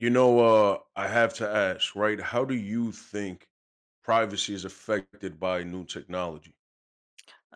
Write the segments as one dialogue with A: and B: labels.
A: You know, I have to ask, right? How do you think privacy is affected by new technology?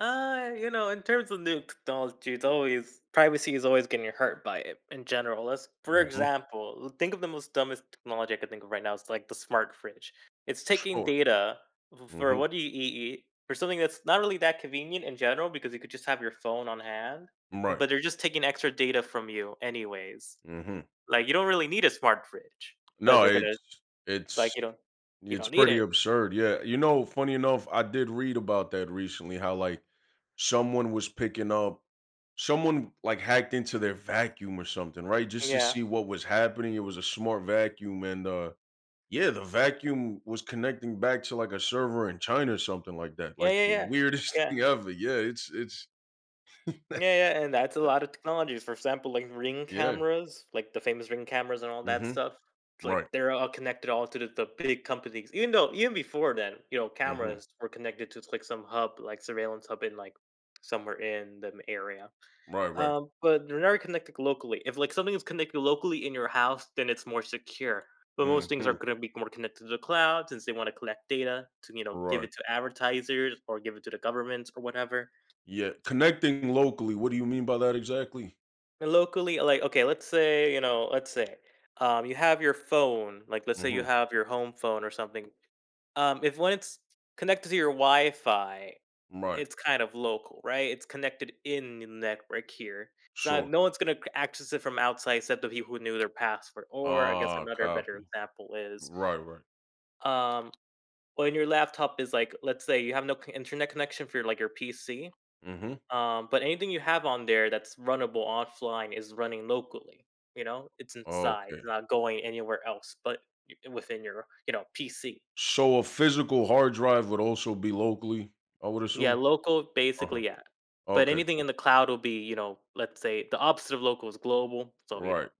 B: You know, in terms of new technology, it's always privacy is always getting hurt by it in general. Let's, for
A: Hmm.
B: example, think of the most dumbest technology I could think of right now. It's like the smart fridge. It's taking
A: Sure.
B: data for
A: Hmm.
B: what do you eat, for something that's not really that convenient in general because you could just have your phone on hand,
A: Right.
B: but they're just taking extra data from you anyways.
A: Hmm.
B: Like you don't really need a smart fridge, but
A: No,
B: they're gonna, like
A: it's
B: you don't, you
A: it's
B: don't need
A: pretty
B: it.
A: absurd. Yeah. You know, funny enough, I did read about that recently. How like someone was picking up, someone like hacked into their vacuum or something, right? Just to
B: Yeah,
A: see what was happening. It was a smart vacuum, and yeah, the vacuum was connecting back to, like, a server in China or something like that,
B: yeah,
A: like, the
B: yeah,
A: weirdest
B: yeah.
A: thing ever. Yeah, it's
B: Yeah, yeah, and that's a lot of technologies. For example, like Ring
A: yeah.
B: cameras, like the famous Ring cameras and all that
A: Mhm.
B: stuff. It's like
A: Right.
B: they're all connected all to the big companies. Even though even before then, you know,
A: Mhm.
B: cameras were connected to like some hub, like surveillance hub in like somewhere in the area.
A: Right, right.
B: But they're never connected locally. If like something is connected locally in your house, then it's more secure. But most things are
A: Mhm.
B: gonna be more connected to the cloud since they want to collect data to, you know, give
A: Right.
B: it to advertisers or give it to the governments or whatever.
A: Yeah, connecting locally, what do you mean by that exactly?
B: Locally, like, okay, let's say, you know, you have your phone, like, let's say you
A: Mhm.
B: have your home phone or something. If When it's connected to your Wi-Fi,
A: Right.
B: it's kind of local, right? It's connected in the network here. It's
A: Sure.
B: not, no one's gonna access it from outside except the people who knew their password. Or I guess
A: Ah,
B: another better
A: copy.
B: example is,
A: Right, right.
B: um, when your laptop is, like, let's say you have no internet connection for your, like your PC,
A: Mhm.
B: but anything you have on there that's runnable offline is running locally. You know, it's inside.
A: Okay.
B: It's not going anywhere else, but within your, you know, PC.
A: So a physical hard drive would also be locally, I would
B: Yeah,
A: assume?
B: local
A: Uh-huh.
B: basically, yeah. But
A: Okay,
B: anything
A: cool.
B: in the cloud will be, you know, let's say the opposite of local is global. So you know,
A: Right.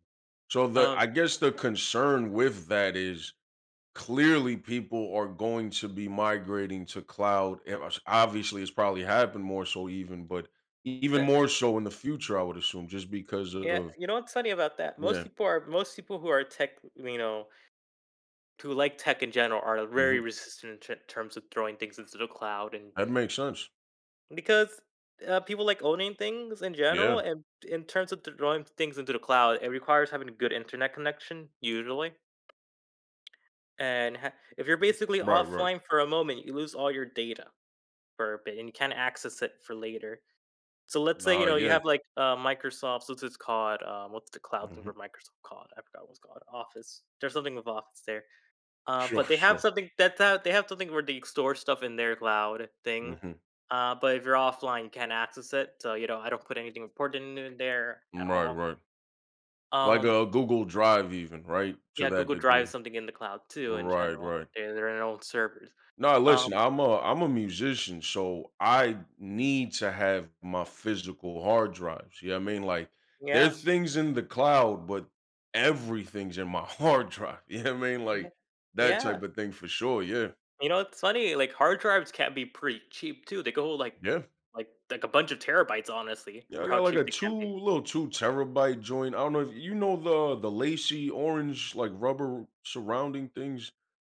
A: So the,
B: um,
A: I guess, the concern with that is clearly people are going to be migrating to cloud. And obviously, it's probably happened more so even, but even
B: uh,
A: more so in the future, I would assume, just because
B: yeah,
A: of
B: you know what's funny about that?
A: yeah.
B: Most people who are tech, you know, who like tech in general, are
A: Hmm.
B: very resistant in terms of throwing things into the cloud. And
A: That makes sense.
B: because, people like owning things in
A: Yeah,
B: general, and in terms of throwing things into the cloud, it requires having a good internet connection, usually, and ha if you're basically
A: right, right.
B: offline for a moment, you lose all your data for a bit, and you can't access it for later. So let's say, you
A: Nah,
B: know, you
A: yeah.
B: have, like, Microsoft's, what's it's called, what's the cloud thing
A: Hmm.
B: for Microsoft called? I forgot what it's called. Office. There's something with Office there.
A: Sure,
B: But they
A: sure.
B: have something where they store stuff in their cloud thing.
A: Hmm.
B: But if you're offline, you can't access it. So you know, I don't put anything important in there at
A: Right,
B: all.
A: right. Like
B: Um,
A: a Google Drive, even right to
B: yeah,
A: that
B: Google Drive is
A: degree.
B: something in the cloud too. In
A: Right,
B: general,
A: right.
B: they're in their own servers.
A: No, listen,
B: Um,
A: I'm a musician, so I need to have my physical hard drives. You know what I mean? Like
B: yeah,
A: there's things in the cloud, but everything's in my hard drive. You know what I mean?
B: yeah,
A: Like that
B: yeah.
A: type of thing for sure. Yeah.
B: You know, it's funny. Like hard drives can be pretty cheap too. They go like,
A: Yeah.
B: like a bunch of terabytes, honestly,
A: Yeah, I
B: for
A: got
B: how
A: like
B: cheap
A: a
B: they
A: two
B: can be.
A: little 2 terabyte joint. I don't know if you know the lacy orange like rubber surrounding things.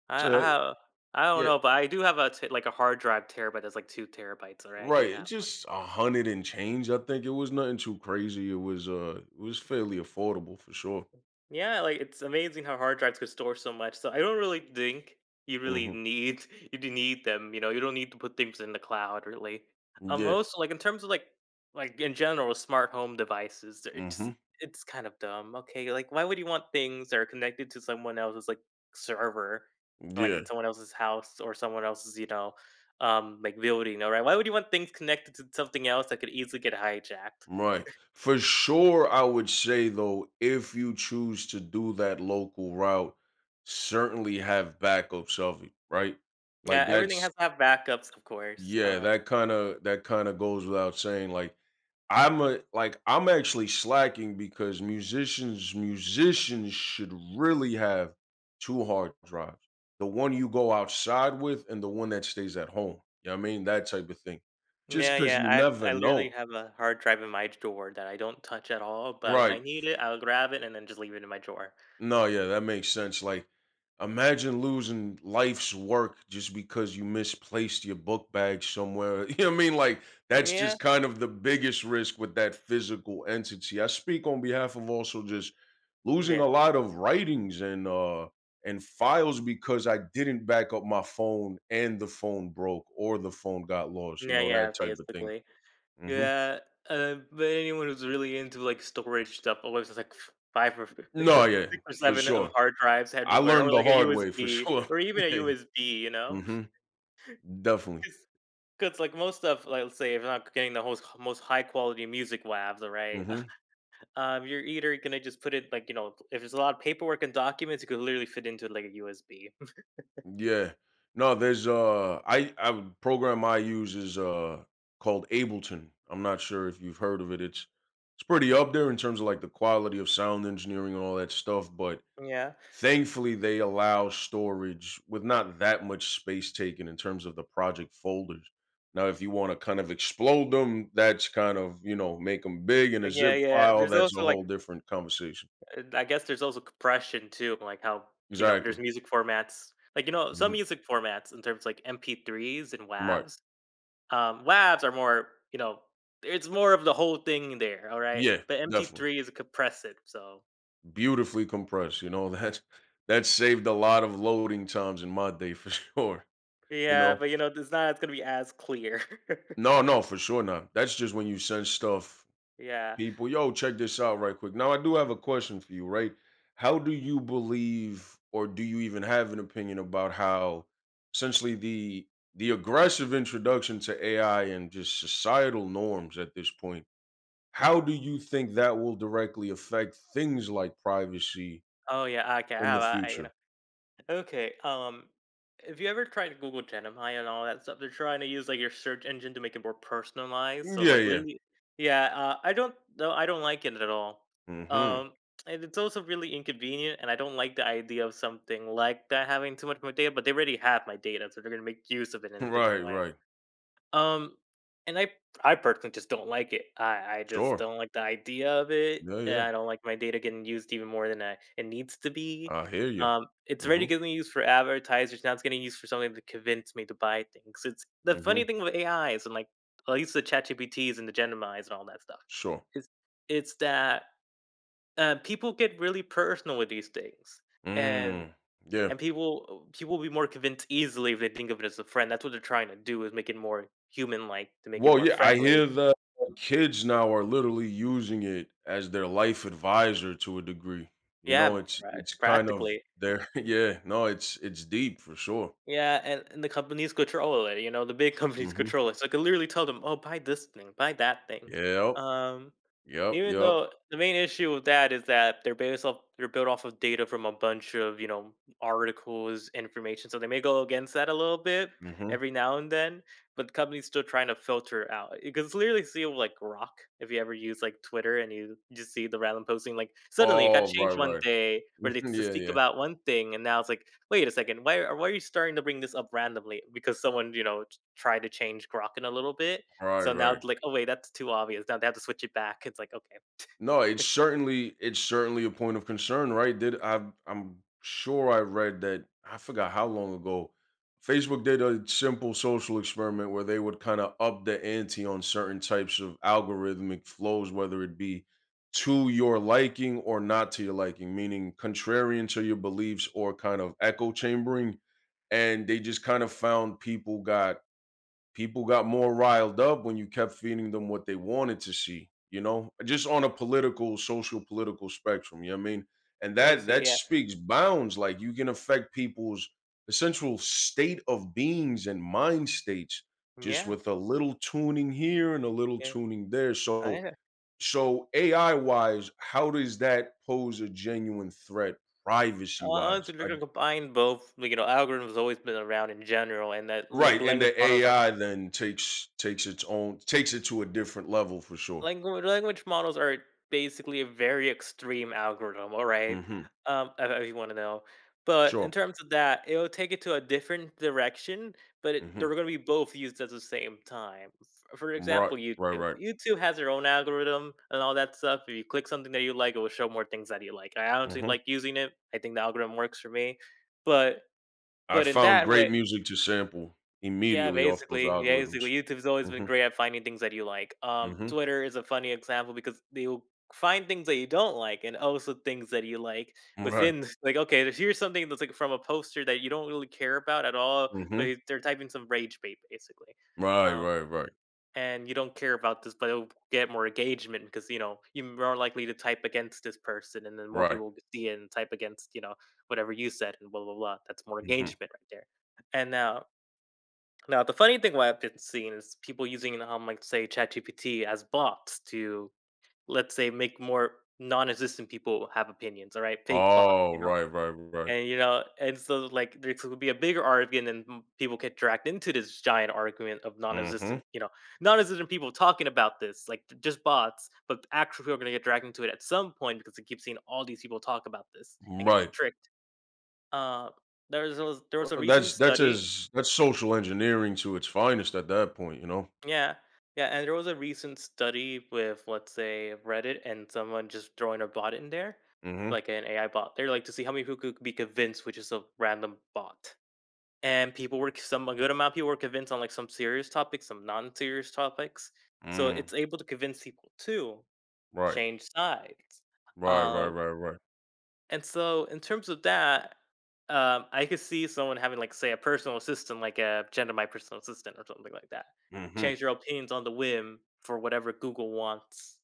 B: I
A: So,
B: have, I don't
A: yeah,
B: know, but I do have a like a hard drive terabyte that's like two terabytes. All right, I
A: right,
B: do
A: it
B: have.
A: just a hundred and change. I think it was nothing too crazy. It was fairly affordable for sure.
B: Yeah, like it's amazing how hard drives could store so much. So I don't really think you really
A: Hmm.
B: need you do need them. You know, you don't need to put things in the cloud really.
A: Yeah.
B: Also, like in terms of like, in general, smart home devices, it's
A: Hmm.
B: it's kind of dumb. Okay, like why would you want things that are connected to someone else's like server, like in
A: Yeah.
B: someone else's house or someone else's, you know, like building? All right, why would you want things connected to something else that could easily get hijacked?
A: Right. For sure, I would say though, if you choose to do that local route, certainly have backups of it. Right. Like
B: Yeah, everything
A: that's
B: has to have backups, of course.
A: yeah, that kinda goes without saying, like, I'm actually slacking because musicians should really have two hard drives. The one you go outside with and the one that stays at home, you know what I mean? That type of thing. Just
B: Yeah,
A: because
B: yeah.
A: you
B: I
A: never
B: I literally
A: know.
B: have a hard drive in my drawer that I don't touch at all, but when
A: Right.
B: I need it, I'll grab it and then just leave it in my drawer.
A: No, yeah, that makes sense. Like, imagine losing life's work just because you misplaced your book bag somewhere. You know what I mean? Like, that's
B: Yeah.
A: just kind of the biggest risk with that physical entity. I speak on behalf of also just losing a
B: Yeah.
A: lot of writings and files because I didn't back up my phone and the phone broke or the phone got lost. You
B: Yeah,
A: know that
B: yeah,
A: type of thing.
B: basically.
A: Hmm.
B: Yeah. But anyone who's really into like storage stuff always has like five or like
A: No, yeah,
B: six or
A: for
B: seven of
A: sure.
B: hard drives
A: I
B: anywhere,
A: learned
B: or
A: the
B: like a
A: hard way for
B: USB,
A: sure.
B: or even a
A: Yeah.
B: USB, you know?
A: Mm-hmm. Definitely.
B: Because like most stuff, like, let's say, if I'm not getting the most high quality music WAVs, all right?
A: Hmm.
B: You're either gonna just put it, like, you know, if there's a lot of paperwork and documents, you could literally fit into like a USB.
A: Yeah. No, there's program I use is called Ableton. I'm not sure if you've heard of it. It's pretty up there in terms of like the quality of sound engineering and all that stuff, but
B: Yeah,
A: thankfully they allow storage with not that much space taken in terms of the project folders. Now, if you want to kind of explode them, that's kind of, make them big in a zip
B: yeah, yeah.
A: file,
B: There's
A: that's a
B: also like,
A: whole different conversation.
B: I guess there's also compression too, like how, you know, there's
A: Exactly.
B: music formats, like you know some
A: Hmm.
B: music formats in terms like MP3s and
A: Right.
B: WAVs. WAVs are more, you know, it's more of the whole thing there. All right,
A: Yeah,
B: but
A: definitely.
B: MP3 is compress it. So
A: Beautifully compressed, that saved a lot of loading times in my day for sure, you
B: yeah,
A: know?
B: but you know it's not, it's gonna be as clear.
A: No, no, for sure not. That's just when you send stuff,
B: Yeah.
A: people, "Yo, check this out right quick." Now I do have a question for you, right? How do you believe or do you even have an opinion about how essentially the aggressive introduction to AI and just societal norms at this point, how do you think that will directly affect things like privacy
B: Oh yeah. Okay. I
A: in the
B: have. I, you know.
A: future?
B: Okay. Have you ever tried to Google Gemini and all that stuff? They're trying to use like your search engine to make it more personalized. So
A: Yeah,
B: like
A: yeah.
B: literally, yeah. I don't, no, I don't like it at all.
A: Mhm.
B: Um, and it's also really inconvenient, and I don't like the idea of something like that having too much of my data. But they already have my data, so they're gonna make use of it in a
A: Right,
B: different way.
A: right.
B: Um, and I personally just don't like it. I just
A: Sure.
B: don't like the idea of it,
A: Yeah,
B: and
A: yeah.
B: I don't like my data getting used even more than I it needs to be.
A: I hear you.
B: It's already
A: Mhm,
B: getting used for advertisers, now it's getting used for something to convince me to buy things. It's the funny
A: mhm.
B: thing with AIs and like at least the ChatGPTs and the Geminis and all that stuff.
A: Sure.
B: It's it's that People get really personal with these things, and.
A: Mm, yeah.
B: And people will be more convinced easily if they think of it as a friend. That's what they're trying to do, is make it more human-like, to make it
A: Well,
B: more
A: yeah, I
B: friendly.
A: hear
B: So-
A: that kids now are literally using it as their life advisor to a degree. You know,
B: Yeah,
A: it's it's kind of
B: practically.
A: their yeah, no, it's deep for sure.
B: Yeah, and the companies control it, you know, the big companies
A: Mhm.
B: control it, so I can literally tell them, "Oh, buy this thing, buy that thing."
A: Yep.
B: Um,
A: Yep,
B: even
A: yep.
B: though the main issue with that is that they're based off they're built off of data from a bunch of, you know, articles, information, so they may go against that a little bit
A: Mhm.
B: every now and then, but the company's still trying to filter out. You can literally see it with, like, rock if you ever use, like, Twitter and you just see the random posting, like, suddenly it got
A: Oh, right,
B: changed one
A: right.
B: day where they to
A: Yeah,
B: speak
A: yeah.
B: about one thing, and now it's like, "Wait a second, why are you starting to bring this up randomly?" Because someone, you know, t tried to change Grok in a little bit,
A: Right,
B: so now
A: right.
B: it's like, "Oh, wait, that's too obvious." Now they have to switch it back. It's like, "Okay."
A: No, it's certainly a point of concern, right? Did I? I'm sure I read that. I forgot how long ago. Facebook did a simple social experiment where they would kind of up the ante on certain types of algorithmic flows, whether it be to your liking or not to your liking, meaning contrarian to your beliefs or kind of echo chambering. And they just kind of found people got more riled up when you kept feeding them what they wanted to see, just on a political, social political spectrum. You know what I mean? And
B: I
A: that
B: see,
A: that
B: yeah.
A: speaks bounds. Like you can affect people's essential state of beings and mind states just
B: Yeah,
A: with a little tuning here and a little
B: yeah.
A: tuning there. So
B: I
A: AI wise, how does that pose a genuine threat privacy wise?
B: honestly, they're gonna combine both, like, you know, algorithms always been around in general, and that, like,
A: Right, and
B: language
A: the
B: models are
A: AI then takes takes its own takes it to a different level for sure.
B: Language models are basically a very extreme algorithm, all right?
A: Mhm.
B: If you wanna know. But in
A: Sure.
B: terms of that, it'll take it to a different direction, but it they're
A: Mhm.
B: gonna be both used at the same time. F For
A: Right,
B: example,
A: right,
B: YouTube.
A: right.
B: YouTube has their own algorithm and all that stuff. If you click something that you like, it will show more things that you like. I honestly
A: Mhm.
B: like using it. I think the algorithm works for me, but
A: I
B: in
A: found
B: that
A: great
B: way,
A: music to sample
B: yeah,
A: immediately off those
B: basically. Yeah,
A: algorithms.
B: basically, YouTube's always been
A: Mhm.
B: great at finding things that you like.
A: Mhm.
B: Twitter is a funny example because they'll find things that you don't like and also things that you like
A: Right.
B: within like okay here's something that's like from a poster that you don't really care about at all but
A: Mhm.
B: they're typing some rage bait basically,
A: Right,
B: um,
A: right, right.
B: and you don't care about this but it'll get more engagement because you know you're more likely to type against this person and then more
A: Right.
B: people will see it and type against, you know, whatever you said and blah blah blah, that's more
A: Mhm.
B: engagement right there. And now Now, the funny thing what I've been seeing is people using, like, say, ChatGPT as bots to, let's say, make more non-existent people have opinions, all right? Fake bots,
A: Oh,
B: you know?
A: right, right, right.
B: And so, there could be a bigger argument and people get dragged into this giant argument of
A: Mhm.
B: non-existent, non-existent people talking about this, like just bots, but actually people are going to get dragged into it at some point because they keep seeing all these people talk about this and get
A: Right.
B: tricked. Uh, there was
A: Well,
B: a recent
A: That's that's
B: study.
A: as that's social engineering to its finest at that point.
B: Yeah. Yeah, and there was a recent study with, let's say, Reddit and someone just throwing a bot in there,
A: Mhm.
B: like an AI bot. They're like to see how many people could be convinced, which is a random bot. And people were some a good amount of people were convinced on like some serious topics, some non-serious topics. So
A: Mm.
B: it's able to convince people to
A: Right.
B: change sides.
A: Right, right,
B: Uh,
A: right, right.
B: and so, in terms of that, I could see someone having, like, say, a personal assistant, like a Gen My Personal Assistant or something like that,
A: Mhm.
B: change their opinions on the whim for whatever Google wants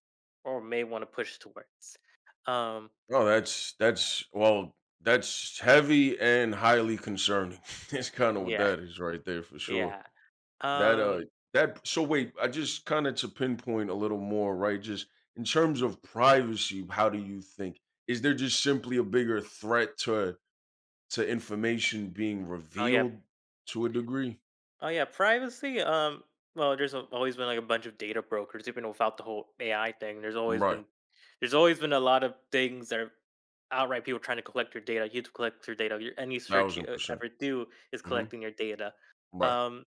B: or may wanna push towards. Um,
A: No, that's well, that's heavy and highly concerning. That's kind of what
B: yeah,
A: that is right there for sure.
B: yeah.
A: That
B: Um,
A: that so wait, I just kind of to pinpoint a little more, right? Just in terms of privacy, how do you think is there just simply a bigger threat to information being
B: oh, yeah.
A: revealed to a degree?
B: Oh yeah, privacy. Well, there's always been like a bunch of data brokers, even without the whole AI thing.
A: Right.
B: There's always been a lot of things that are outright people trying to collect your data. You to collect your data. Your, any search you
A: Thousand percent.
B: ever do is
A: Hmm.
B: collecting your data.
A: Right.
B: Um,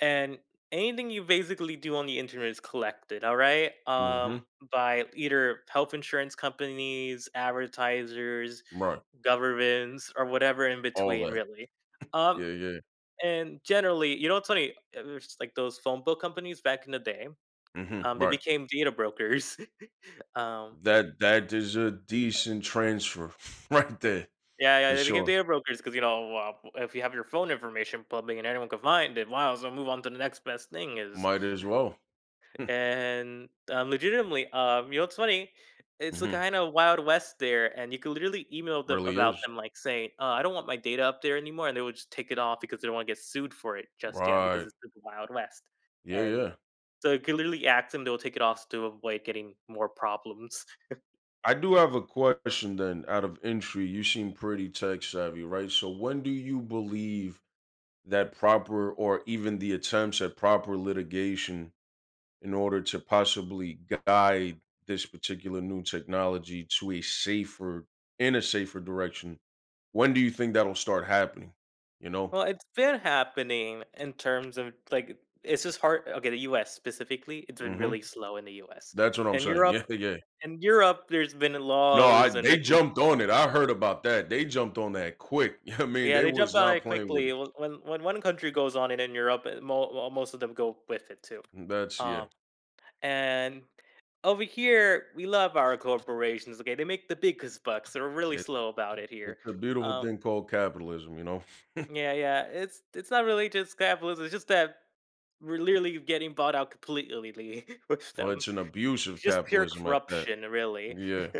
B: and anything you basically do on the internet is collected. All right.
A: Hmm.
B: By either health insurance companies, advertisers,
A: Right.
B: governments, or whatever in
A: All
B: between,
A: that.
B: really. Um,
A: Yeah, yeah.
B: and generally, you know what's funny? There's like those phone book companies back in the day.
A: Hmm.
B: They
A: Right.
B: became data brokers. um,
A: That is a decent transfer right there
B: yeah, yeah,
A: for
B: they became
A: sure.
B: data brokers because you know if you have your phone information public and anyone can find it, wow. So move on to the next best thing is.
A: Might as well.
B: And, legitimately, you know, it's funny, it's a
A: Mhm.
B: kinda wild west there, and you could literally email them
A: Really
B: about
A: is.
B: them, like, saying, I don't want my data up there anymore," and they would just take it off because they don't wanna get sued for it just yet because
A: Right.
B: it's the wild west,
A: Yeah,
B: and
A: yeah.
B: so you could literally ask them, they'll take it off to avoid getting more problems.
A: I do have a question then out of intrigue. You seem pretty tech savvy, right? So when do you believe that proper or even the attempts at proper litigation in order to possibly guide this particular new technology to a safer in a safer direction, when do you think that'll start happening? You know?
B: Well, it's been happening in terms of, like it's just hard okay, the U.S. specifically, it's been
A: Mhm.
B: really slow in the US.
A: That's what I'm
B: And
A: saying.
B: Europe
A: Yeah, yeah.
B: In Europe, there's been
A: No, I
B: laws and
A: they
B: regulations.
A: jumped on it. I heard about that. They jumped on that quick. I mean,
B: Yeah,
A: they
B: they
A: was
B: jumped on
A: not
B: it
A: playing with
B: quickly.
A: it.
B: When one country goes on it in Europe, most of them go with it too.
A: That's yeah.
B: Um, and over here, we love our corporations. Okay, they make the biggest bucks. They're really
A: It,
B: slow about it here.
A: it's a beautiful
B: Um,
A: thing called capitalism.
B: yeah, yeah, it's not really just capitalism. It's just that we're literally getting bought out completely with
A: Well,
B: them.
A: it's an abusive
B: Just pure
A: capitalism at that.
B: corruption, really.
A: Yeah,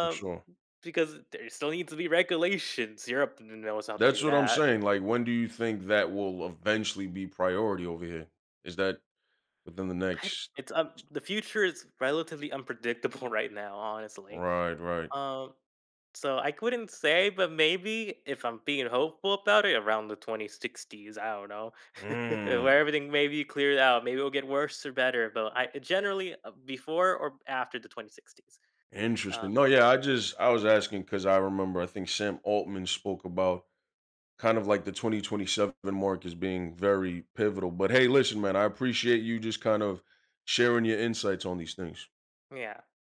A: for sure.
B: because there still needs to be regulations. Europe knows how to
A: That's
B: do
A: what I'm
B: that.
A: saying. Like, when do you think that will eventually be priority over here? Is that within the
B: I
A: next?
B: it's the future is relatively unpredictable right now, honestly.
A: Right, right.
B: Um, so I couldn't say, but maybe if I'm being hopeful about it, around the 2060s, I don't know,
A: Mm,
B: where everything may be cleared out. Maybe it'll get worse or better, but I generally before or after the 2060s. Uh,
A: interesting. No, yeah. I was asking because I remember I think Sam Altman spoke about kind of like the 2027 mark is being very pivotal. But hey, listen, man, I appreciate you just kind of sharing your insights on these things.
B: yeah.